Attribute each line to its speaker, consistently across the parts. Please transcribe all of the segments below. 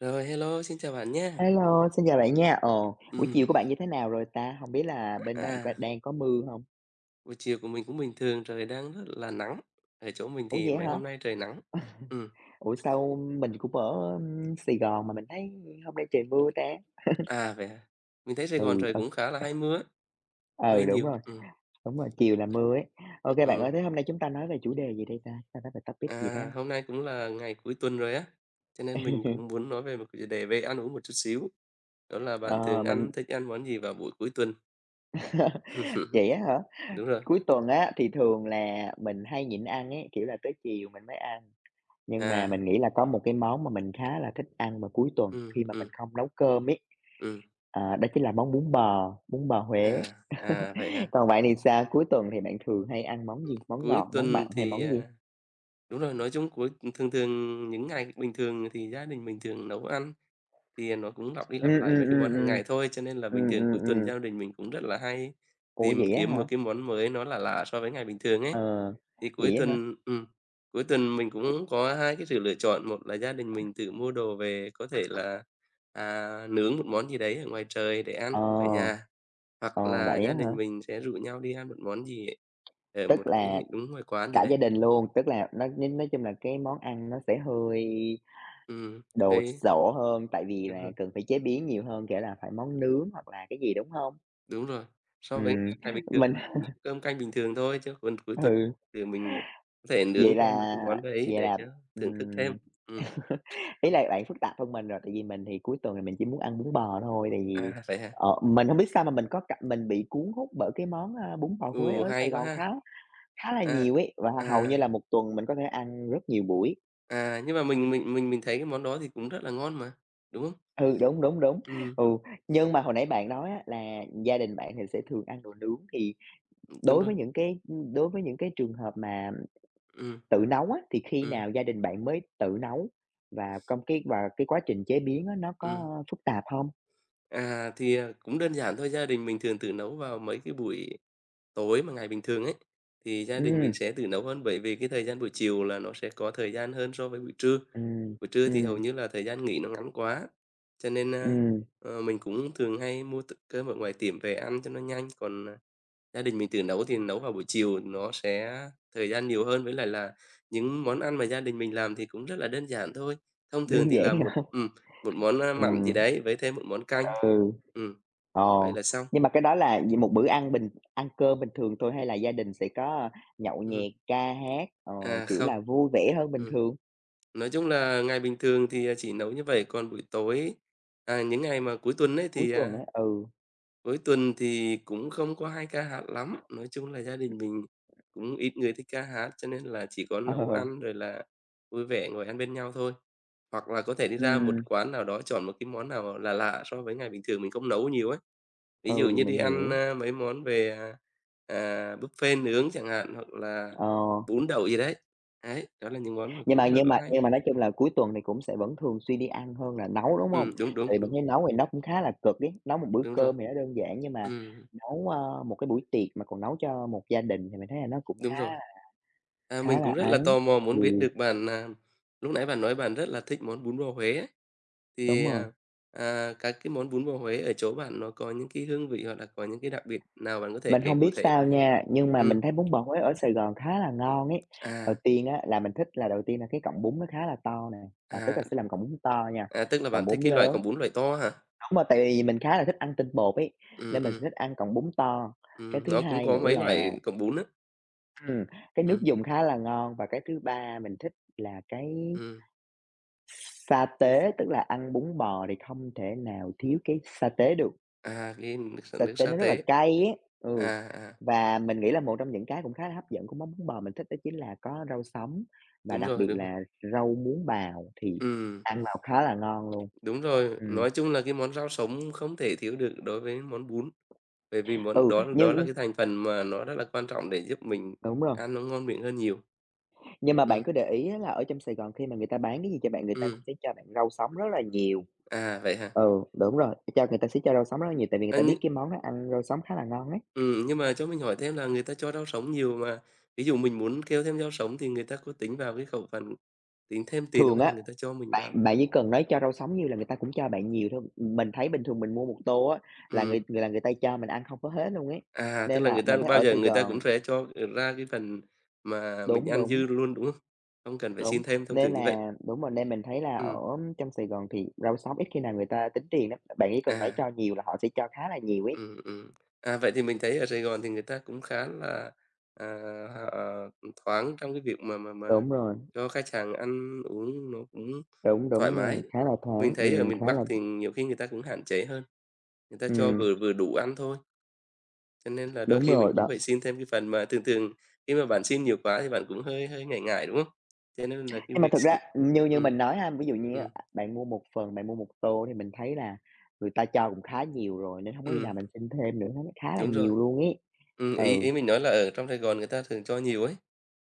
Speaker 1: Rồi, hello, xin chào bạn nhé.
Speaker 2: Hello, xin chào bạn nha. Ờ, buổi chiều
Speaker 1: Ừm,
Speaker 2: của bạn như thế nào rồi ta? Không biết là bên bạn có
Speaker 1: à,
Speaker 2: đang có mưa không?
Speaker 1: buổi chiều của mình cũng bình thường, trời đang rất là nắng. Ở chỗ mình
Speaker 2: Ủa,
Speaker 1: thì
Speaker 2: vậy
Speaker 1: mấy
Speaker 2: hả?
Speaker 1: hôm nay trời nắng. Ừm,
Speaker 2: Ủa, sao mình cũng ở, Sài Gòn mà mình thấy hôm nay trời mưa ta?
Speaker 1: vậy à? Mình thấy Sài Gòn
Speaker 2: Ừ,
Speaker 1: trời
Speaker 2: ừ,
Speaker 1: cũng khá là hay mưa
Speaker 2: ừ,
Speaker 1: mây nhiều.
Speaker 2: đúng rồi, chiều là mưa ấy. Ok, bạn ơi,
Speaker 1: Ừm.
Speaker 2: thế hôm nay chúng ta nói về chủ đề gì đây ta? Ta nói về topic gì đây?
Speaker 1: Hôm nay cũng là ngày cuối tuần rồi á, cho nên mình cũng muốn nói về một chủ đề về ăn uống một chút xíu. Đó là bạn
Speaker 2: Ờ,
Speaker 1: thường
Speaker 2: mình
Speaker 1: ăn thích ăn món gì vào buổi cuối tuần?
Speaker 2: vậy á hả?
Speaker 1: Đúng rồi.
Speaker 2: Cuối tuần á, thì thường là mình hay nhịn ăn ấy, kiểu là, tới chiều mình mới ăn, nhưng mà
Speaker 1: À,
Speaker 2: mình nghĩ là có một cái món mà mình khá là thích ăn vào cuối tuần
Speaker 1: ừ,
Speaker 2: khi mà mình
Speaker 1: ừ,
Speaker 2: không nấu cơm ấy.
Speaker 1: ừm.
Speaker 2: À, đó chính là món bún bò Huế.
Speaker 1: Vậy hả?
Speaker 2: Còn bạn thì sao? Cuối tuần thì bạn thường hay ăn món gì? Món
Speaker 1: Cuối
Speaker 2: ngọt, món mặn
Speaker 1: tuần
Speaker 2: hay
Speaker 1: thì,
Speaker 2: món gì?
Speaker 1: à Đúng rồi, nói chung cuối thường thường những ngày bình thường thì gia đình mình thường nấu ăn, thì nó cũng lặp đi
Speaker 2: Ừm,
Speaker 1: lặp lại
Speaker 2: ừm,
Speaker 1: mấy cái món
Speaker 2: ừm,
Speaker 1: hàng
Speaker 2: ừm.
Speaker 1: ngày thôi, cho nên là bình
Speaker 2: Ừm,
Speaker 1: thường
Speaker 2: ừm,
Speaker 1: cuối tuần
Speaker 2: ừm.
Speaker 1: gia đình mình cũng rất là hay
Speaker 2: Ủa,
Speaker 1: tìm
Speaker 2: vậy á
Speaker 1: kiếm một
Speaker 2: hả?
Speaker 1: cái món mới nó là lạ lạ so với ngày bình thường ấy.
Speaker 2: Ờ,
Speaker 1: Thì
Speaker 2: vậy á hả?
Speaker 1: cuối tuần mình cũng có hai cái sự lựa chọn, một là gia đình mình tự mua đồ về có thể là nướng một món gì đấy ở ngoài trời để ăn
Speaker 2: Ờ,
Speaker 1: cùng cả nhà, hoặc
Speaker 2: ờ,
Speaker 1: là
Speaker 2: vậy
Speaker 1: gia
Speaker 2: á hả?
Speaker 1: đình mình sẽ rủ nhau đi ăn một món gì ấy, ở một
Speaker 2: Tức là
Speaker 1: cái đúng ngoài quán gì
Speaker 2: cả
Speaker 1: đấy.
Speaker 2: gia đình luôn, tức là nó nói chung là cái món ăn nó sẽ hơi
Speaker 1: Ừm,
Speaker 2: đồ
Speaker 1: thấy
Speaker 2: sộ hơn, tại vì
Speaker 1: Đúng
Speaker 2: là
Speaker 1: rồi,
Speaker 2: cần phải chế biến nhiều hơn, kiểu là, phải món nướng hoặc là cái gì, đúng không?
Speaker 1: đúng rồi. So với
Speaker 2: Ừm,
Speaker 1: các ngày bình thường
Speaker 2: mình
Speaker 1: thì mình nấu cơm canh bình thường thôi, chứ còn cuối tuần
Speaker 2: ừ,
Speaker 1: thì mình có thể nướng
Speaker 2: vậy
Speaker 1: thêm một
Speaker 2: là
Speaker 1: cái món đấy
Speaker 2: vậy
Speaker 1: để
Speaker 2: là
Speaker 1: cho thưởng thức thêm.
Speaker 2: ừm.
Speaker 1: Ừm,
Speaker 2: Ý
Speaker 1: ừm.
Speaker 2: là bạn phức tạp hơn mình rồi, tại vì mình thì cuối tuần thì mình chỉ muốn ăn bún bò thôi, tại vì,
Speaker 1: À, vậy hả?
Speaker 2: mình hông biết sao mà mình có cảm mình bị cuốn hút bởi cái món, bún bò Huế
Speaker 1: Ừ,
Speaker 2: ở
Speaker 1: hay
Speaker 2: Sài
Speaker 1: quá
Speaker 2: Gòn
Speaker 1: ha!
Speaker 2: khá khá là
Speaker 1: À,
Speaker 2: nhiều ấy, và hầu như
Speaker 1: à,
Speaker 2: là một tuần mình có thể ăn rất nhiều buổi.
Speaker 1: nhưng mà mình thấy cái món đó thì cũng rất là ngon mà, đúng không?
Speaker 2: Ừ, đúng, đúng, đúng,
Speaker 1: Ừm,
Speaker 2: ừ, nhưng mà hồi nãy bạn nói á là gia đình bạn thì sẽ thường ăn đồ nướng, thì
Speaker 1: đúng
Speaker 2: đối
Speaker 1: rồi.
Speaker 2: với những cái ưm, đối với những cái trường hợp mà
Speaker 1: Ừm,
Speaker 2: tự nấu á, thì khi
Speaker 1: ừm,
Speaker 2: nào gia đình bạn mới tự nấu? Và trong cái và cái quá trình chế biến á, nó
Speaker 1: ừm.
Speaker 2: có phức tạp hông?
Speaker 1: Cũng đơn giản thôi, gia đình mình thường tự nấu vào mấy cái buổi tối mà ngày bình thường ấy, thì gia đình mình
Speaker 2: Ừm,
Speaker 1: sẽ tự nấu hơn, bởi vì cái thời gian buổi chiều là nó sẽ có thời gian hơn so với buổi trưa.
Speaker 2: ừm,
Speaker 1: Buổi trưa thì hầu
Speaker 2: ừm.
Speaker 1: như là thời gian nghỉ nó ngắn quá, cho nên, a,
Speaker 2: Ừm,
Speaker 1: ờ, mình cũng thường hay mua t cơm ở ngoài tiệm về ăn cho nó nhanh, gia đình mình tự nấu thì nấu vào buổi chiều nó sẽ thời gian nhiều hơn. Với lại là những món ăn mà gia đình mình làm thì cũng rất là đơn giản thôi, thông thường
Speaker 2: đơn
Speaker 1: thì
Speaker 2: giản
Speaker 1: là một
Speaker 2: hả?
Speaker 1: một món mặn gì
Speaker 2: Ừm,
Speaker 1: đấy với thêm một món canh.
Speaker 2: ừ,
Speaker 1: Ừm,
Speaker 2: ờ,
Speaker 1: vậy là xong.
Speaker 2: nhưng mà cái đó là vì một bữa ăn ăn cơm bình thường thôi hay là gia đình sẽ có, nhậu
Speaker 1: Ừm,
Speaker 2: nhẹt, ca hát, kiểu
Speaker 1: không.
Speaker 2: là, vui vẻ hơn bình
Speaker 1: Ừm.
Speaker 2: thường,
Speaker 1: Nói chung là ngày bình thường thì chỉ nấu như vậy, còn buổi tối, những ngày mà cuối tuần ấy
Speaker 2: cuối
Speaker 1: thì,
Speaker 2: tuần
Speaker 1: à,
Speaker 2: á? Ừ,
Speaker 1: cuối tuần thì cũng không có hay ca hát lắm. Nói chung là gia đình mình cũng ít người thích ca hát, cho nên là chỉ có nấu
Speaker 2: ờ,
Speaker 1: ăn rồi là vui vẻ ngồi ăn bên nhau thôi. Hoặc là có thể đi ra
Speaker 2: ừm,
Speaker 1: một quán nào đó chọn một cái món nào lạ lạ so với ngày bình thường mình không nấu nhiều ấy. Ví dụ
Speaker 2: ừ,
Speaker 1: như
Speaker 2: mình
Speaker 1: đi ăn,
Speaker 2: hiểu.
Speaker 1: a, mấy món về buffet nướng chẳng hạn, hoặc là
Speaker 2: Ờ,
Speaker 1: bún đậu gì đấy. Đấy, đó là những món mà
Speaker 2: nhưng mà
Speaker 1: cũng rất
Speaker 2: nhưng
Speaker 1: là
Speaker 2: mà
Speaker 1: hay.
Speaker 2: nhưng mà nói chung là cuối tuần thì cũng sẽ vẫn thường xuyên đi ăn hơn là nấu, đúng hông?
Speaker 1: Đúng, đúng,
Speaker 2: Tại vì mình
Speaker 1: đúng.
Speaker 2: thấy nấu thì nó cũng khá là cực ấy, nấu một bữa
Speaker 1: Đúng rồi,
Speaker 2: cơm thì nó đơn giản nhưng mà
Speaker 1: ừm,
Speaker 2: nấu, một cái buổi tiệc mà còn nấu cho một gia đình thì mình thấy là nó cũng
Speaker 1: đúng
Speaker 2: khá
Speaker 1: rồi. À,
Speaker 2: khá
Speaker 1: mình cũng
Speaker 2: là
Speaker 1: rất
Speaker 2: ấy.
Speaker 1: là tò mò muốn biết
Speaker 2: Ừ.
Speaker 1: được bạn, lúc nãy bạn nói bạn rất là thích món bún bò Huế ấy,
Speaker 2: Đúng
Speaker 1: thì,
Speaker 2: rồi,
Speaker 1: à, các cái món bún bò Huế ở chỗ bạn nó có những cái hương vị hoặc là có những cái đặc biệt nào bạn có thể
Speaker 2: mình
Speaker 1: kể
Speaker 2: hông
Speaker 1: cụ
Speaker 2: biết
Speaker 1: thể
Speaker 2: sao
Speaker 1: được không?
Speaker 2: nha, nhưng mà
Speaker 1: Ừm,
Speaker 2: mình thấy bún bò Huế ở Sài Gòn khá là ngon ấy. Đầu
Speaker 1: à,
Speaker 2: tiên á là mình thích là đầu tiên là cái cọng bún nó khá là to nè, là tức
Speaker 1: à,
Speaker 2: là sẽ làm cọng bún to nha,
Speaker 1: tức là bạn
Speaker 2: cọng
Speaker 1: thích
Speaker 2: bún
Speaker 1: cái loại
Speaker 2: lớn
Speaker 1: cọng bún loại to hả?
Speaker 2: đúng rồi, tại vì mình khá là thích ăn tinh bột ấy,
Speaker 1: Ừm,
Speaker 2: nên mình sẽ
Speaker 1: ừm,
Speaker 2: thích ăn cọng bún to. Cái thứ
Speaker 1: nó cũng
Speaker 2: hai
Speaker 1: có
Speaker 2: nữa
Speaker 1: mấy
Speaker 2: là,
Speaker 1: loại cọng bún á.
Speaker 2: ừm, cái nước
Speaker 1: Ừm,
Speaker 2: dùng khá là ngon và cái thứ ba mình thích là cái
Speaker 1: ừm,
Speaker 2: sa
Speaker 1: cái
Speaker 2: tế, tức là ăn bún bò thì không thể nào thiếu cái sa tế được.
Speaker 1: à, cái nước s
Speaker 2: Xà
Speaker 1: nước
Speaker 2: tính
Speaker 1: sa
Speaker 2: nó rất là
Speaker 1: tế.
Speaker 2: cay ấy, ừ,
Speaker 1: À, à,
Speaker 2: và mình nghĩ là một trong những cái cũng khá là hấp dẫn của món bún bò mình thích đó chính là có rau sống và
Speaker 1: đúng
Speaker 2: đặc
Speaker 1: rồi,
Speaker 2: biệt
Speaker 1: đúng rồi.
Speaker 2: là rau muống bào thì
Speaker 1: Ừm.
Speaker 2: ăn vào khá là ngon luôn.
Speaker 1: Đúng rồi,
Speaker 2: Ừm,
Speaker 1: nói chung là cái món rau sống không thể thiếu được đối với món bún, bởi vì món
Speaker 2: ừ,
Speaker 1: đó đó là
Speaker 2: nhưng
Speaker 1: cái thành phần mà nó rất là quan trọng để giúp mình
Speaker 2: đúng rồi,
Speaker 1: ăn nó ngon miệng hơn nhiều.
Speaker 2: nhưng mà bạn
Speaker 1: Ừm,
Speaker 2: cứ để ý á là ở trong Sài Gòn khi mà người ta bán cái gì cho bạn, người ta
Speaker 1: ừm,
Speaker 2: cũng sẽ cho bạn rau sống rất là nhiều.
Speaker 1: à, vậy hả?
Speaker 2: Ừ, đúng rồi, cho người ta sẽ cho rau sống rất là nhiều tại vì người
Speaker 1: A,
Speaker 2: ta biết cái món đó ăn rau sống khá là ngon ấy.
Speaker 1: nhưng mà cho mình hỏi thêm là người ta cho rau sống nhiều mà, ví dụ mình muốn kêu thêm rau sống thì người ta có tính vào cái khẩu phần, tính thêm tiền không
Speaker 2: Thường
Speaker 1: hay là
Speaker 2: á.
Speaker 1: người ta cho mình vào?
Speaker 2: Bạn bạn chỉ cần nói cho rau sống nhiêu là người ta cũng cho bạn nhiều thôi. Mình thấy bình thường mình mua một tô á, là người
Speaker 1: Ừm,
Speaker 2: người là người ta cho mình ăn không có hết luôn ấy.
Speaker 1: tức
Speaker 2: Nên
Speaker 1: là
Speaker 2: là
Speaker 1: người ta
Speaker 2: mình thấy
Speaker 1: bao
Speaker 2: ở
Speaker 1: giờ
Speaker 2: Sài
Speaker 1: người ta
Speaker 2: Gòn
Speaker 1: cũng sẽ cho ra cái phần mà mình
Speaker 2: đúng,
Speaker 1: ăn
Speaker 2: đúng,
Speaker 1: dư luôn, đúng không? Không cần phải xin
Speaker 2: đúng,
Speaker 1: thêm, thông
Speaker 2: nên
Speaker 1: thường như vậy.
Speaker 2: là đúng rồi, nên mình thấy là ở
Speaker 1: Ừm,
Speaker 2: trong Sài Gòn thì rau sống ít khi nào người ta tính tiền lắm. Bạn chỉ cần nói
Speaker 1: à.
Speaker 2: cho nhiều là họ sẽ cho khá là nhiều ấy.
Speaker 1: Ừm, ừm. Vậy thì mình thấy ở Sài Gòn thì người ta cũng khá là, à, họ ờ, thoáng trong cái việc mà mà
Speaker 2: Đúng rồi,
Speaker 1: cho khách hàng ăn uống nó cũng
Speaker 2: đúng,
Speaker 1: thoải
Speaker 2: đúng nha,
Speaker 1: mái.
Speaker 2: khá là
Speaker 1: Mình
Speaker 2: thoáng,
Speaker 1: thấy ở miền
Speaker 2: khá
Speaker 1: Bắc
Speaker 2: là
Speaker 1: thì nhiều khi người ta cũng hạn chế hơn, người ta cho
Speaker 2: ừm,
Speaker 1: vừa vừa đủ ăn thôi, cho nên là đôi
Speaker 2: đúng
Speaker 1: khi mình
Speaker 2: rồi,
Speaker 1: cũng
Speaker 2: đó.
Speaker 1: phải xin thêm cái phần mà thường thường khi mà bạn xin nhiều quá thì bạn cũng hơi hơi ngại ngại, đúng không? Cho nên là cái
Speaker 2: Nhưng mà
Speaker 1: việc
Speaker 2: thực
Speaker 1: xin
Speaker 2: ra như như
Speaker 1: ừm.
Speaker 2: mình nói ha, ví dụ như á,
Speaker 1: Ừm,
Speaker 2: bạn mua một phần, bạn mua một tô thì mình thấy là người ta cho cũng khá nhiều rồi, nên hông có khi
Speaker 1: ừm,
Speaker 2: nào mình xin thêm nữa, nó khá là
Speaker 1: đúng rồi.
Speaker 2: nhiều luôn ấy.
Speaker 1: Ý
Speaker 2: Ừ,
Speaker 1: ý mình nói là ở trong Sài Gòn người ta thường cho nhiều ấy,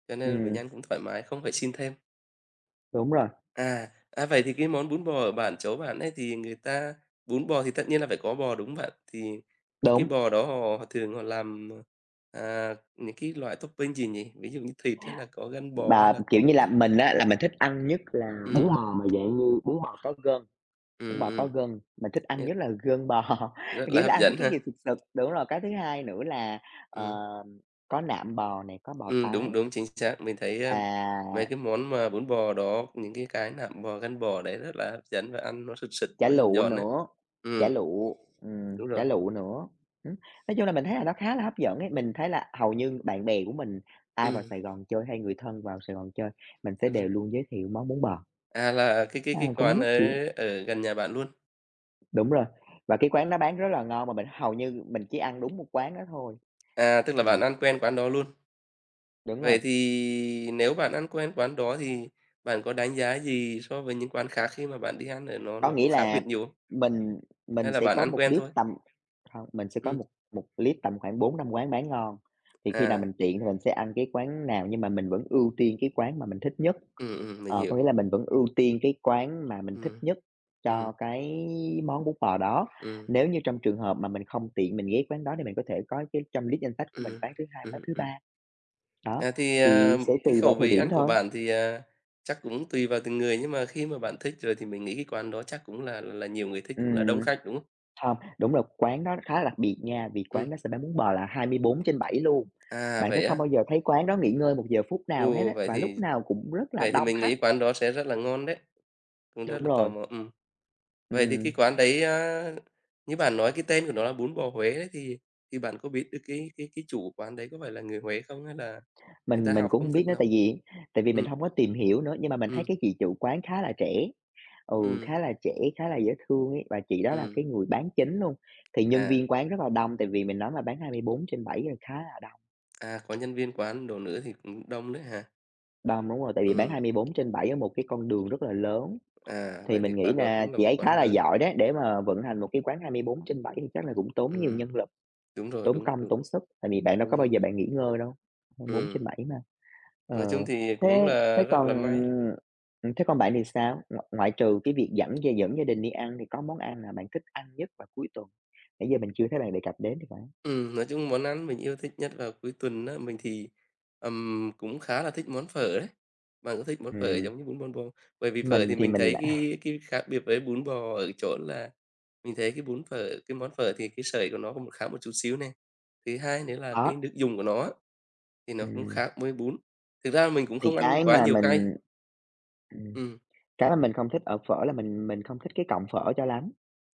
Speaker 1: cho nên bệnh
Speaker 2: ừm,
Speaker 1: nhân cũng thoải mái, không phải xin thêm.
Speaker 2: đúng rồi,
Speaker 1: Vậy thì cái món bún bò ở bản chỗ bạn ấy thì người ta bún bò thì tất nhiên là phải có bò, đúng không bạn? Thì cái
Speaker 2: đúng,
Speaker 1: bò đó họ họ thường họ làm những cái loại topping gì nhỉ? Ví dụ như thịt hay là có gan bò hay
Speaker 2: và,
Speaker 1: là
Speaker 2: kiểu
Speaker 1: có
Speaker 2: như là,
Speaker 1: cái
Speaker 2: mình á là mình thích ăn nhất là bún
Speaker 1: ừm,
Speaker 2: bò có gân, bún
Speaker 1: ừm,
Speaker 2: bò có
Speaker 1: ừm,
Speaker 2: gân, mình thích ăn
Speaker 1: nghe
Speaker 2: nhất là gân bò,
Speaker 1: rất là
Speaker 2: kiểu là,
Speaker 1: hấp
Speaker 2: ăn thích
Speaker 1: dẫn
Speaker 2: cái gì
Speaker 1: ha.
Speaker 2: sực sực đúng rồi, cái thứ hai nữa là, ờ,
Speaker 1: Ừm,
Speaker 2: có nạm bò nè, có bò
Speaker 1: đúng,
Speaker 2: tái
Speaker 1: đúng, chính xác. Mình thấy mấy
Speaker 2: và
Speaker 1: cái món mà bún bò đó, những cái nạm bò, gan bò đấy rất là hấp dẫn và ăn nó sực sực,
Speaker 2: chả
Speaker 1: nó giòn
Speaker 2: lụa
Speaker 1: giòn đấy.
Speaker 2: nữa, chả
Speaker 1: Ừm,
Speaker 2: lụa,
Speaker 1: đúng
Speaker 2: chả
Speaker 1: rồi.
Speaker 2: lụa nữa. Ừm, nói chung là mình thấy là nó khá là hấp dẫn ấy, mình thấy là hầu như bạn bè của mình ai vào
Speaker 1: Ừm,
Speaker 2: Sài Gòn chơi hay người thân vào Sài Gòn chơi, mình sẽ
Speaker 1: đúng rồi.
Speaker 2: đều luôn giới thiệu món bún bò,
Speaker 1: Là cái cái
Speaker 2: à,
Speaker 1: cái
Speaker 2: À, cũng
Speaker 1: quán
Speaker 2: giới
Speaker 1: ở
Speaker 2: thiệu
Speaker 1: ở gần nhà bạn luôn?
Speaker 2: đúng rồi, và cái quán đó bán rất là ngon mà mình hầu như mình chỉ ăn đúng một quán đó thôi.
Speaker 1: À, tức là bạn
Speaker 2: Ừm,
Speaker 1: ăn quen quán đó luôn.
Speaker 2: đúng rồi.
Speaker 1: Vậy thì nếu bạn ăn quen quán đó thì bạn có đánh giá gì so với những quán khác khi mà bạn đi ăn ở
Speaker 2: Có
Speaker 1: nó có
Speaker 2: nghĩa
Speaker 1: khác
Speaker 2: là
Speaker 1: biệt nhiều không?
Speaker 2: mình
Speaker 1: Hay
Speaker 2: mình
Speaker 1: là
Speaker 2: sẽ
Speaker 1: bạn
Speaker 2: có
Speaker 1: ăn
Speaker 2: một
Speaker 1: quen
Speaker 2: list
Speaker 1: thôi?
Speaker 2: tầm hông, mình sẽ có
Speaker 1: Ừm,
Speaker 2: một một list tầm khoảng bốn năm quán bán ngon, thì khi nào
Speaker 1: à,
Speaker 2: mình tiện thì mình sẽ ăn cái quán nào nhưng mà mình vẫn ưu tiên cái quán mà mình thích nhất.
Speaker 1: mình
Speaker 2: Ờ,
Speaker 1: hiểu.
Speaker 2: có nghĩa là mình vẫn ưu tiên cái quán mà mình thích
Speaker 1: Ừm,
Speaker 2: nhất cho
Speaker 1: ừm,
Speaker 2: cái món bún bò đó.
Speaker 1: ừm,
Speaker 2: Nếu như trong trường hợp mà mình không tiện mình ghé quán đó thì mình có thể có cái trong list danh sách của mình
Speaker 1: ừm,
Speaker 2: quán thứ hai
Speaker 1: ừm,
Speaker 2: quán thứ
Speaker 1: ừm.
Speaker 2: 3 đó,
Speaker 1: À, thì,
Speaker 2: thì
Speaker 1: à,
Speaker 2: sẽ
Speaker 1: cái
Speaker 2: tùy vào
Speaker 1: khẩu
Speaker 2: thời
Speaker 1: vị
Speaker 2: điểm
Speaker 1: ăn của
Speaker 2: thôi.
Speaker 1: bạn thì chắc cũng tùy vào từng người, nhưng mà khi mà bạn thích rồi thì mình nghĩ cái quán đó chắc cũng là nhiều người thích, cũng là
Speaker 2: Ừm.
Speaker 1: đông khách, đúng không?
Speaker 2: Hông, đúng rồi, quán đó khá là đặc biệt nha, vì
Speaker 1: Ừm,
Speaker 2: quán đó sẽ bán bún bò là 24/7 luôn. Bạn sẽ
Speaker 1: vậy
Speaker 2: không
Speaker 1: á?
Speaker 2: bao giờ thấy quán đó nghỉ ngơi một giờ phút nào hết
Speaker 1: Ồ,
Speaker 2: á,
Speaker 1: vậy
Speaker 2: và lúc
Speaker 1: thì
Speaker 2: nào cũng rất là
Speaker 1: Vậy thì
Speaker 2: đông
Speaker 1: mình
Speaker 2: khách.
Speaker 1: nghĩ quán đó sẽ rất là ngon đấy, cũng rất
Speaker 2: Đúng
Speaker 1: là tò
Speaker 2: rồi,
Speaker 1: mò. Vậy thì cái
Speaker 2: ừm,
Speaker 1: quán đấy á, như bạn nói cái tên của nó là bún bò Huế đấy, thì bạn có biết được cái cái chủ quán đấy có phải là người Huế không hay là người ta
Speaker 2: mình
Speaker 1: học
Speaker 2: cũng
Speaker 1: công
Speaker 2: hông
Speaker 1: thức
Speaker 2: biết nữa, tại
Speaker 1: nấu?
Speaker 2: vì mình
Speaker 1: Ừm,
Speaker 2: hông có tìm hiểu nữa, nhưng mà mình thấy
Speaker 1: ừm,
Speaker 2: cái chị chủ quán khá là trẻ, ừ,
Speaker 1: ừm,
Speaker 2: khá là trẻ, khá là dễ thương ấy, và chị đó là
Speaker 1: ừm,
Speaker 2: cái người bán chính luôn. Thì nhân
Speaker 1: à,
Speaker 2: viên quán rất là đông, tại vì mình nói mà bán 24/7 là khá là đông.
Speaker 1: có nhân viên quán đồ nữa thì cũng đông đấy hả?
Speaker 2: Đông, đúng rồi, tại vì bán hai
Speaker 1: Ừm,
Speaker 2: mươi bốn trên bảy ở một cái con đường rất là lớn. Thì
Speaker 1: vậy thì
Speaker 2: mình nghĩ
Speaker 1: quán đó
Speaker 2: là
Speaker 1: cũng là
Speaker 2: chị
Speaker 1: một
Speaker 2: ấy khá
Speaker 1: quán
Speaker 2: là
Speaker 1: lớn.
Speaker 2: giỏi đấy, để mà vận hành một cái quán 24/7 thì chắc là cũng tốn nhiều
Speaker 1: Ừm,
Speaker 2: nhân lực,
Speaker 1: đúng rồi,
Speaker 2: tốn
Speaker 1: đúng,
Speaker 2: công,
Speaker 1: đúng,
Speaker 2: tốn sức, tại vì bạn đâu
Speaker 1: đúng
Speaker 2: có bao
Speaker 1: rồi.
Speaker 2: giờ bạn nghỉ ngơi đâu,
Speaker 1: Ừm,
Speaker 2: 24/7 mà.
Speaker 1: nói chung
Speaker 2: Ờ,
Speaker 1: thì cũng
Speaker 2: thế
Speaker 1: là rất là may.
Speaker 2: thế còn bạn thì sao? Ngoại trừ cái việc dẫn gia đình đi ăn thì có món ăn nào bạn thích ăn nhất vào cuối tuần? Nãy giờ mình chưa thấy bạn đề cập đến thì phải.
Speaker 1: Nói chung món ăn mình yêu thích nhất vào cuối tuần á, mình thì cũng khá là thích món phở đấy. Bạn có thích món phở
Speaker 2: Ừm,
Speaker 1: giống như bún bò bò bởi vì phở thì
Speaker 2: mình thì
Speaker 1: mình
Speaker 2: mình
Speaker 1: thấy
Speaker 2: lại
Speaker 1: cái khác biệt với bún bò ở chỗ là mình thấy cái bún phở cái món phở thì cái sợi của nó cũng khá một chút xíu này. Thứ hai nữa là
Speaker 2: có,
Speaker 1: cái nước dùng của nó á, thì nó cũng
Speaker 2: ừm,
Speaker 1: khác với bún. Thực ra mình cũng
Speaker 2: thì
Speaker 1: không ăn quá nhiều cay.
Speaker 2: ừm,
Speaker 1: Ừm,
Speaker 2: cái mà mình không thích ở phở là mình không thích cái cọng phở cho lắm.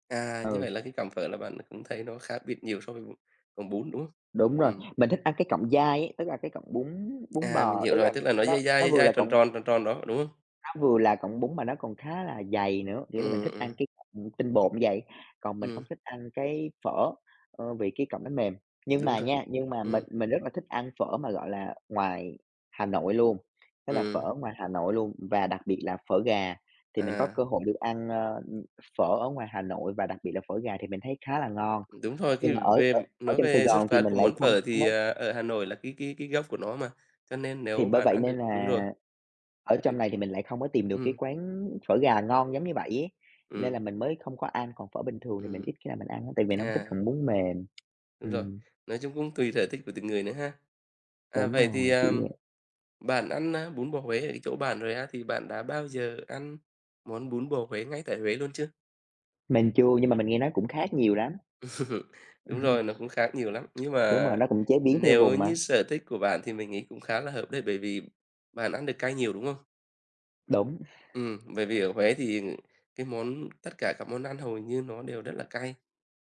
Speaker 1: như
Speaker 2: Ừ.
Speaker 1: vậy là cái cọng phở là bạn cũng thấy nó khác biệt nhiều so với còn bún, đúng không?
Speaker 2: Đúng rồi,
Speaker 1: Ừm,
Speaker 2: mình thích ăn cái cọng dai ấy, tức là cái cọng bún bún
Speaker 1: mình
Speaker 2: bò,
Speaker 1: hiểu
Speaker 2: tức
Speaker 1: rồi,
Speaker 2: là
Speaker 1: tức là nó dai
Speaker 2: nó
Speaker 1: dai,
Speaker 2: nó
Speaker 1: dai
Speaker 2: vừa
Speaker 1: dai,
Speaker 2: là
Speaker 1: tròn
Speaker 2: cọng
Speaker 1: tròn, tròn tròn đó, đúng không?
Speaker 2: nó vừa là cọng bún mà nó còn khá là dày nữa, nghĩa là mình
Speaker 1: Ừ,
Speaker 2: thích
Speaker 1: ừ,
Speaker 2: ăn cái cọng tinh bột như vậy, còn mình không
Speaker 1: ừm,
Speaker 2: thích ăn cái phở, vì cái cọng nó mềm. Nhưng
Speaker 1: đúng
Speaker 2: mà
Speaker 1: rồi.
Speaker 2: nha, nhưng mà
Speaker 1: ừ
Speaker 2: mình rất là thích ăn phở mà, gọi là, ngoài Hà Nội luôn, tức là
Speaker 1: ừ
Speaker 2: phở ngoài Hà Nội luôn và đặc biệt là phở gà, thì mình có
Speaker 1: À,
Speaker 2: cơ hội được ăn, phở ở ngoài Hà Nội và đặc biệt là phở gà thì mình thấy khá là ngon.
Speaker 1: đúng thôi
Speaker 2: Nhưng
Speaker 1: cái
Speaker 2: mà ở
Speaker 1: về
Speaker 2: ở ở
Speaker 1: nói
Speaker 2: trong Sài
Speaker 1: về xuất
Speaker 2: Gòn thì
Speaker 1: phát
Speaker 2: mình
Speaker 1: của
Speaker 2: lại
Speaker 1: món
Speaker 2: không.
Speaker 1: phở thì ở Hà Nội là cái cái gốc của nó mà, cho nên
Speaker 2: Thì
Speaker 1: nếu
Speaker 2: bởi
Speaker 1: bạn
Speaker 2: vậy
Speaker 1: ăn được
Speaker 2: nên
Speaker 1: đúng
Speaker 2: là
Speaker 1: rồi,
Speaker 2: ở
Speaker 1: được
Speaker 2: trong này thì mình lại không có tìm được cái
Speaker 1: ừ
Speaker 2: quán phở gà ngon giống như vậy ấy, nên là
Speaker 1: ừ
Speaker 2: mình mới không có ăn, còn phở bình thường thì mình
Speaker 1: ừm,
Speaker 2: ít khi nào mình ăn lắm, tại vì mình hông thích
Speaker 1: à,
Speaker 2: còn bún mềm.
Speaker 1: Đúng rồi,
Speaker 2: Ừm,
Speaker 1: nói chung cũng tùy sở thích của từng người nữa ha. À,
Speaker 2: đúng
Speaker 1: vậy thì,
Speaker 2: rồi, kiểu
Speaker 1: à,
Speaker 2: vậy.
Speaker 1: bạn ăn bún bò Huế ở cái chỗ bạn rồi á, thì bạn đã bao giờ ăn món bún bò Huế ngay tại Huế luôn chưa?
Speaker 2: Mình chưa, nhưng mà mình nghe nói cũng khác nhiều lắm.
Speaker 1: đúng rồi, nó cũng khác nhiều lắm. Nhưng
Speaker 2: Đúng
Speaker 1: mà
Speaker 2: rồi, nó cũng chế biến theo
Speaker 1: nếu
Speaker 2: vùng
Speaker 1: như
Speaker 2: mà.
Speaker 1: sở thích của bạn thì mình nghĩ cũng khá là hợp đấy, bởi vì bạn ăn được cay nhiều, đúng không?
Speaker 2: Đúng,
Speaker 1: Ừ. Bởi vì ở Huế thì cái món tất cả các món ăn hầu như nó đều rất là cay,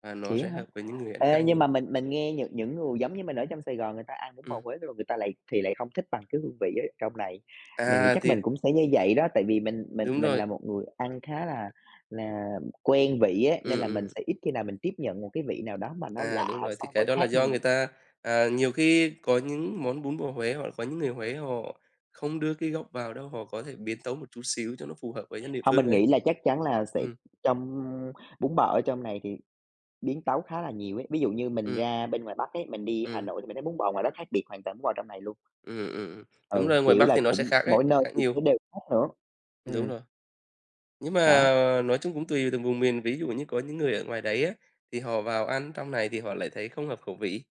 Speaker 1: và nó
Speaker 2: vậy
Speaker 1: sẽ
Speaker 2: á.
Speaker 1: hợp với những người ăn
Speaker 2: Ê,
Speaker 1: cay
Speaker 2: nhưng
Speaker 1: nhiều.
Speaker 2: mà mình nghe những người giống như mình ở trong Sài Gòn người ta ăn bún bò
Speaker 1: Ừ.
Speaker 2: Huế rồi người ta lại thì lại không thích bằng cái hương vị ở trong này. Mình nghĩ
Speaker 1: À,
Speaker 2: chắc
Speaker 1: thì
Speaker 2: mình cũng sẽ như vậy đó, tại vì mình mình
Speaker 1: đúng
Speaker 2: mình
Speaker 1: rồi.
Speaker 2: là một người ăn khá là quen vị á,
Speaker 1: Ừ.
Speaker 2: nên là mình
Speaker 1: Ừm,
Speaker 2: sẽ ít khi nào mình tiếp nhận một cái vị nào đó mà nó
Speaker 1: à, đúng
Speaker 2: lạ
Speaker 1: rồi, thì
Speaker 2: so
Speaker 1: cái
Speaker 2: với
Speaker 1: đó là
Speaker 2: khác
Speaker 1: do
Speaker 2: mình.
Speaker 1: người ta, à, nhiều khi có những món bún bò Huế hoặc là có những người Huế họ không đưa cái gốc vào đâu, họ có thể biến tấu một chút xíu cho nó phù hợp với dân địa
Speaker 2: Hông,
Speaker 1: phương
Speaker 2: mình
Speaker 1: ấy.
Speaker 2: nghĩ là chắc chắn là sẽ
Speaker 1: Ừ.
Speaker 2: trong bún bò ở trong này thì biến tấu khá là nhiều ấy. Ví dụ như mình
Speaker 1: Ừ.
Speaker 2: ra bên ngoài Bắc ấy, mình đi Hà
Speaker 1: Ừ.
Speaker 2: Nội thì mình thấy bún bò ngoài đó khác biệt hoàn toàn bún bò trong này luôn.
Speaker 1: Ừm. Đúng
Speaker 2: Ừ,
Speaker 1: rồi, ngoài
Speaker 2: kiểu
Speaker 1: Bắc
Speaker 2: là,
Speaker 1: thì nó sẽ
Speaker 2: cũng
Speaker 1: khác ấy,
Speaker 2: mỗi nơi
Speaker 1: khác
Speaker 2: thì
Speaker 1: nhiều.
Speaker 2: nó đều khác nữa.
Speaker 1: Đúng
Speaker 2: Ừm.
Speaker 1: rồi. Nhưng
Speaker 2: Đó,
Speaker 1: mà nói chung cũng tùy từng vùng miền, ví dụ như có những người ở ngoài đấy á, thì họ vào ăn trong này thì họ lại thấy không hợp khẩu vị,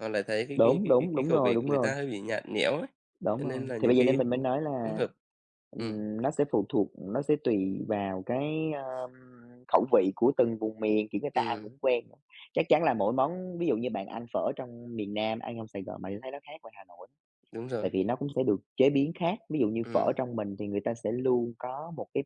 Speaker 1: họ lại thấy cái cái
Speaker 2: đúng,
Speaker 1: cái cái
Speaker 2: đúng,
Speaker 1: cái
Speaker 2: đúng
Speaker 1: khẩu
Speaker 2: rồi,
Speaker 1: vị của
Speaker 2: đúng
Speaker 1: người
Speaker 2: rồi,
Speaker 1: ta hơi bị nhạt nhẽo ấy, cho
Speaker 2: đúng
Speaker 1: nên
Speaker 2: rồi.
Speaker 1: là
Speaker 2: Thì
Speaker 1: nhiều
Speaker 2: bởi vậy
Speaker 1: khi
Speaker 2: nên mình mới
Speaker 1: cũng
Speaker 2: nói
Speaker 1: không
Speaker 2: là,
Speaker 1: hợp. Ừm,
Speaker 2: nó sẽ phụ thuộc nó sẽ tùy vào cái, ờm, khẩu vị của từng vùng miền, kiểu, người ta ăn
Speaker 1: ừm,
Speaker 2: cũng quen nữa. Chắc chắn là mỗi món ví dụ như bạn ăn phở trong miền Nam, ăn trong Sài Gòn bạn sẽ thấy nó khác ngoài Hà Nội,
Speaker 1: đúng rồi,
Speaker 2: tại vì nó cũng sẽ được chế biến khác. Ví dụ như phở
Speaker 1: ừm,
Speaker 2: trong mình thì người ta sẽ luôn có một cái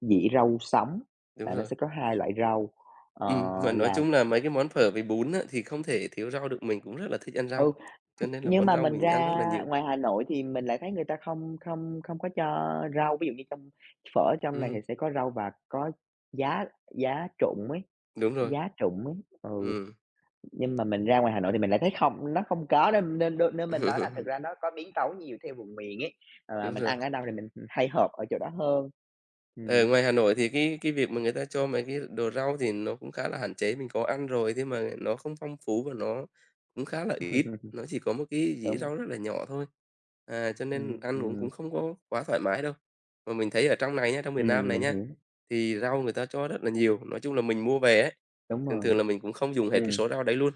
Speaker 2: dĩa rau sống,
Speaker 1: đúng
Speaker 2: là nó
Speaker 1: rồi.
Speaker 2: sẽ có 2 loại rau, ờ,
Speaker 1: Mà nói
Speaker 2: là
Speaker 1: chung là mấy cái món phở với bún á, thì không thể thiếu rau được, mình cũng rất là thích ăn rau,
Speaker 2: Ừ,
Speaker 1: cho nên là
Speaker 2: nhưng
Speaker 1: món
Speaker 2: mà
Speaker 1: rau
Speaker 2: mình
Speaker 1: mình ăn
Speaker 2: ra
Speaker 1: rất là nhiều.
Speaker 2: ngoài Hà Nội thì mình lại thấy người ta không không không có cho rau, ví dụ như trong phở trong này
Speaker 1: Ừm,
Speaker 2: thì sẽ có rau và có giá giá trụng ấy,
Speaker 1: đúng rồi,
Speaker 2: giá trụng ấy, ừ,
Speaker 1: ừm,
Speaker 2: nhưng mà mình ra ngoài Hà Nội thì mình lại thấy không nó không có nên nên đôi nên mình nói là thực ra nó có biến tấu nhiều theo vùng miền ấy, ờ,
Speaker 1: đúng
Speaker 2: mình
Speaker 1: rồi.
Speaker 2: ăn ở đâu thì mình hay hợp ở chỗ đó hơn. Ừm.
Speaker 1: Ờ, ngoài Hà Nội thì cái việc mà người ta cho mấy cái đồ rau thì nó cũng khá là hạn chế, mình có ăn rồi thế mà nó không phong phú và nó cũng khá là ít, nó chỉ có một cái dĩa
Speaker 2: Đúng,
Speaker 1: rau rất là nhỏ thôi. À, cho nên
Speaker 2: ừm,
Speaker 1: ăn uống cũng
Speaker 2: ừm,
Speaker 1: không có quá thoải mái đâu. Mà mình thấy ở trong này nhá, trong miền Nam này
Speaker 2: mình
Speaker 1: nhá,
Speaker 2: hiểu,
Speaker 1: thì rau người ta cho rất là nhiều, nói chung là mình mua về ấy,
Speaker 2: đúng
Speaker 1: thường
Speaker 2: rồi,
Speaker 1: thường là mình cũng không dùng hết cái
Speaker 2: ừm,
Speaker 1: số rau đấy luôn.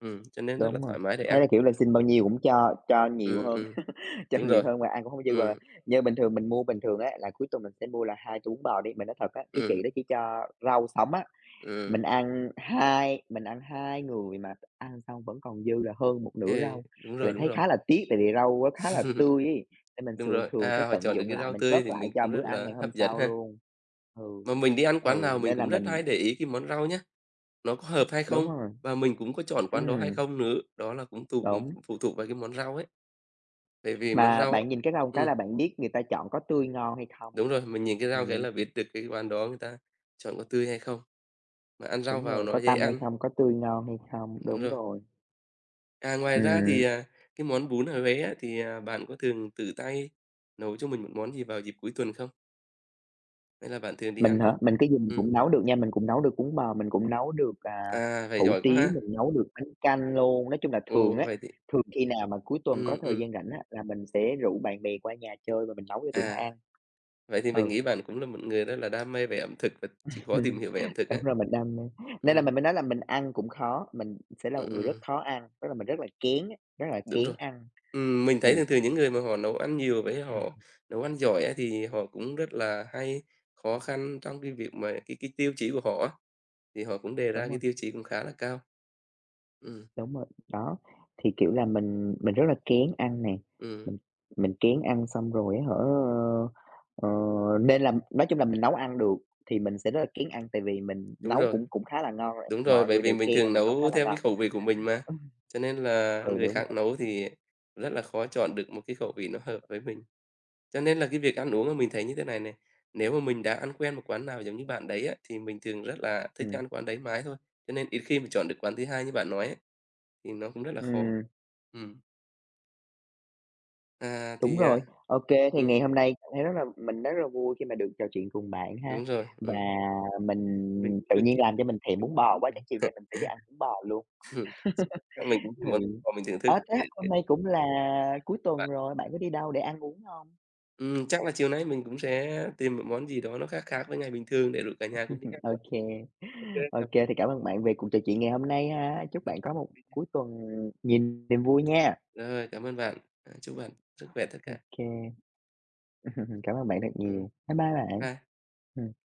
Speaker 1: Cho nên rất là
Speaker 2: đúng rồi,
Speaker 1: thoải mái để
Speaker 2: thế
Speaker 1: ăn.
Speaker 2: là, kiểu là, xin bao nhiêu cũng cho nhiều
Speaker 1: Ừm,
Speaker 2: hơn.
Speaker 1: ừm,
Speaker 2: Cho
Speaker 1: đúng
Speaker 2: nhiều
Speaker 1: rồi.
Speaker 2: hơn mà ăn cũng không dư, mà
Speaker 1: Ừm,
Speaker 2: như bình thường mình mua bình thường á, là cuối tuần mình sẽ mua là 2 tô bún bò đi, mình nói thật á, cái
Speaker 1: ừm,
Speaker 2: chị đó chỉ cho rau sống á,
Speaker 1: ừm,
Speaker 2: mình ăn 2 người mà ăn xong vẫn còn dư là hơn một nửa
Speaker 1: ê,
Speaker 2: rau,
Speaker 1: đúng
Speaker 2: thì
Speaker 1: rồi,
Speaker 2: mình
Speaker 1: đúng
Speaker 2: thấy
Speaker 1: rồi.
Speaker 2: khá là tiếc, tại vì rau á khá là tươi ấy, nên mình
Speaker 1: Đúng
Speaker 2: sường
Speaker 1: rồi,
Speaker 2: thường sẽ
Speaker 1: à, họ
Speaker 2: tận
Speaker 1: chọn được
Speaker 2: dụng
Speaker 1: cái
Speaker 2: lại,
Speaker 1: rau
Speaker 2: mình
Speaker 1: tươi thì
Speaker 2: cất lại
Speaker 1: mình
Speaker 2: cho
Speaker 1: cũng
Speaker 2: bữa
Speaker 1: rất
Speaker 2: ăn
Speaker 1: là
Speaker 2: ngày hôm
Speaker 1: hấp dẫn
Speaker 2: sau
Speaker 1: ha.
Speaker 2: luôn. Ừ,
Speaker 1: Mà mình đi ăn quán nào
Speaker 2: ừ,
Speaker 1: mình
Speaker 2: nên là
Speaker 1: cũng rất
Speaker 2: mình
Speaker 1: hay để ý cái món rau nhá, nó có hợp hay
Speaker 2: đúng
Speaker 1: không
Speaker 2: rồi,
Speaker 1: và mình cũng có chọn quán đó hay
Speaker 2: ừm,
Speaker 1: không nữa, đó là cũng
Speaker 2: đúng,
Speaker 1: phụ thuộc vào cái món rau ấy. Bởi vì món
Speaker 2: mà
Speaker 1: rau,
Speaker 2: bạn nhìn cái rau cái
Speaker 1: ừm,
Speaker 2: là bạn biết người ta chọn có tươi ngon hay không
Speaker 1: đúng
Speaker 2: ấy.
Speaker 1: rồi, mình nhìn cái rau cái
Speaker 2: Ừm.
Speaker 1: là biết được cái quán đó người ta chọn có tươi hay không, mà ăn rau
Speaker 2: Đúng
Speaker 1: vào
Speaker 2: rồi,
Speaker 1: nó
Speaker 2: có
Speaker 1: dễ
Speaker 2: tăm hay
Speaker 1: ăn.
Speaker 2: không, có tươi ngon hay không,
Speaker 1: Đúng
Speaker 2: đúng
Speaker 1: rồi.
Speaker 2: rồi.
Speaker 1: À, ngoài ra thì,
Speaker 2: Ừm,
Speaker 1: à, cái món bún ở Huế á, thì, à, bạn có thường tự tay nấu cho mình một món gì vào dịp cuối tuần không? Hay là bạn thường đi ăn
Speaker 2: mình
Speaker 1: hơn?
Speaker 2: hả? Mình cái gì mình
Speaker 1: Ừm,
Speaker 2: cũng nấu được nha, mình cũng nấu được bún bò, mình cũng nấu được, à,
Speaker 1: à, vậy
Speaker 2: hủ
Speaker 1: giỏi quá
Speaker 2: tiếu,
Speaker 1: ha!
Speaker 2: mình nấu được bánh canh luôn. Nói chung là thường
Speaker 1: Ồ,
Speaker 2: á,
Speaker 1: vậy thì
Speaker 2: thường khi nào mà cuối tuần có
Speaker 1: ừm,
Speaker 2: thời
Speaker 1: ừm,
Speaker 2: gian rảnh á, là mình sẽ rủ bạn bè qua nhà chơi và mình nấu cho tụi nó
Speaker 1: à,
Speaker 2: ăn.
Speaker 1: vậy thì mình
Speaker 2: Ừ,
Speaker 1: nghĩ bạn cũng là một người rất là đam mê về ẩm thực và chịu khó tìm hiểu về ẩm thực á.
Speaker 2: đúng rồi, mình đam mê. Nên là
Speaker 1: Ừm,
Speaker 2: mình mới nói là mình ăn cũng khó, mình sẽ là
Speaker 1: ừm,
Speaker 2: một người rất
Speaker 1: ừm,
Speaker 2: khó ăn, tức là mình rất là kén á, rất là
Speaker 1: đúng
Speaker 2: kén
Speaker 1: rồi.
Speaker 2: ăn.
Speaker 1: Mình thấy
Speaker 2: Ừ,
Speaker 1: thường thường những người mà họ nấu ăn nhiều với họ nấu ăn giỏi á, thì họ cũng rất là hay khó khăn trong cái việc mà cái tiêu chí của họ á, thì họ cũng đề ra
Speaker 2: đúng
Speaker 1: cái
Speaker 2: rồi.
Speaker 1: tiêu chí cũng khá là cao. Ừm,
Speaker 2: Đúng rồi, đó, thì, kiểu là, mình rất là kén ăn nè,
Speaker 1: ừm,
Speaker 2: mình mình kén ăn xong rồi á hả, ờ, nên là nói chung là mình nấu ăn được thì mình sẽ rất là kén ăn, tại vì mình
Speaker 1: đúng
Speaker 2: nấu
Speaker 1: rồi.
Speaker 2: cũng cũng khá là ngon rồi,
Speaker 1: Đúng rồi,
Speaker 2: mọi
Speaker 1: bởi
Speaker 2: người
Speaker 1: vì
Speaker 2: đều
Speaker 1: mình
Speaker 2: khen là
Speaker 1: thường
Speaker 2: mình nấu khá
Speaker 1: nấu
Speaker 2: là
Speaker 1: theo cái
Speaker 2: ngon.
Speaker 1: khẩu vị của mình mà, cho nên là
Speaker 2: Ừ,
Speaker 1: người
Speaker 2: đúng
Speaker 1: khác
Speaker 2: rồi,
Speaker 1: nấu thì rất là khó chọn được một cái khẩu vị nó hợp với mình. Cho nên là cái việc ăn uống mà mình thấy như thế này này, nếu mà mình đã ăn quen một quán nào giống như bạn đấy á, thì mình thường rất là thích
Speaker 2: ừm,
Speaker 1: ăn quán đấy mãi thôi, cho nên ít khi mà chọn được quán thứ 2 như bạn nói ấy, thì nó cũng rất là khó.
Speaker 2: ừm,
Speaker 1: Ừm, à,
Speaker 2: đúng
Speaker 1: thì, à,
Speaker 2: rồi. OK, thì
Speaker 1: ừm,
Speaker 2: ngày hôm nay cảm thấy rất là mình rất là vui khi mà được trò chuyện cùng bạn ha,
Speaker 1: đúng rồi,
Speaker 2: và mình
Speaker 1: mình cũng
Speaker 2: tự
Speaker 1: được.
Speaker 2: nhiên làm cho mình thèm
Speaker 1: Mình
Speaker 2: bún bò
Speaker 1: cũng
Speaker 2: quá,
Speaker 1: được.
Speaker 2: chắc chiều nay mình phải đi ăn bún bò luôn.
Speaker 1: Chắc mình
Speaker 2: Ừ.
Speaker 1: thưởng thức
Speaker 2: Ờ, thế
Speaker 1: để
Speaker 2: hôm nay cũng là cuối tuần rồi, bạn có đi đâu để ăn uống hông?
Speaker 1: ừm, chắc là chiều nay mình cũng sẽ tìm một món gì đó nó khác khác với ngày bình thường để rủ cả nhà cùng đi ăn
Speaker 2: Ô
Speaker 1: quá.
Speaker 2: kê,
Speaker 1: Ô kê,
Speaker 2: ô
Speaker 1: chào.
Speaker 2: kê, thì cảm ơn bạn về cuộc trò chuyện ngày hôm nay ha. Chúc bạn có một cuối tuần nhiều niềm vui nha.
Speaker 1: Rồi, cảm ơn bạn. À, chúc bạn sức khỏe tất
Speaker 2: Ô
Speaker 1: cả.
Speaker 2: kê, cảm ơn bạn thật
Speaker 1: Ừ,
Speaker 2: nhiều. Bye bye bạn.
Speaker 1: bye.
Speaker 2: Ừm.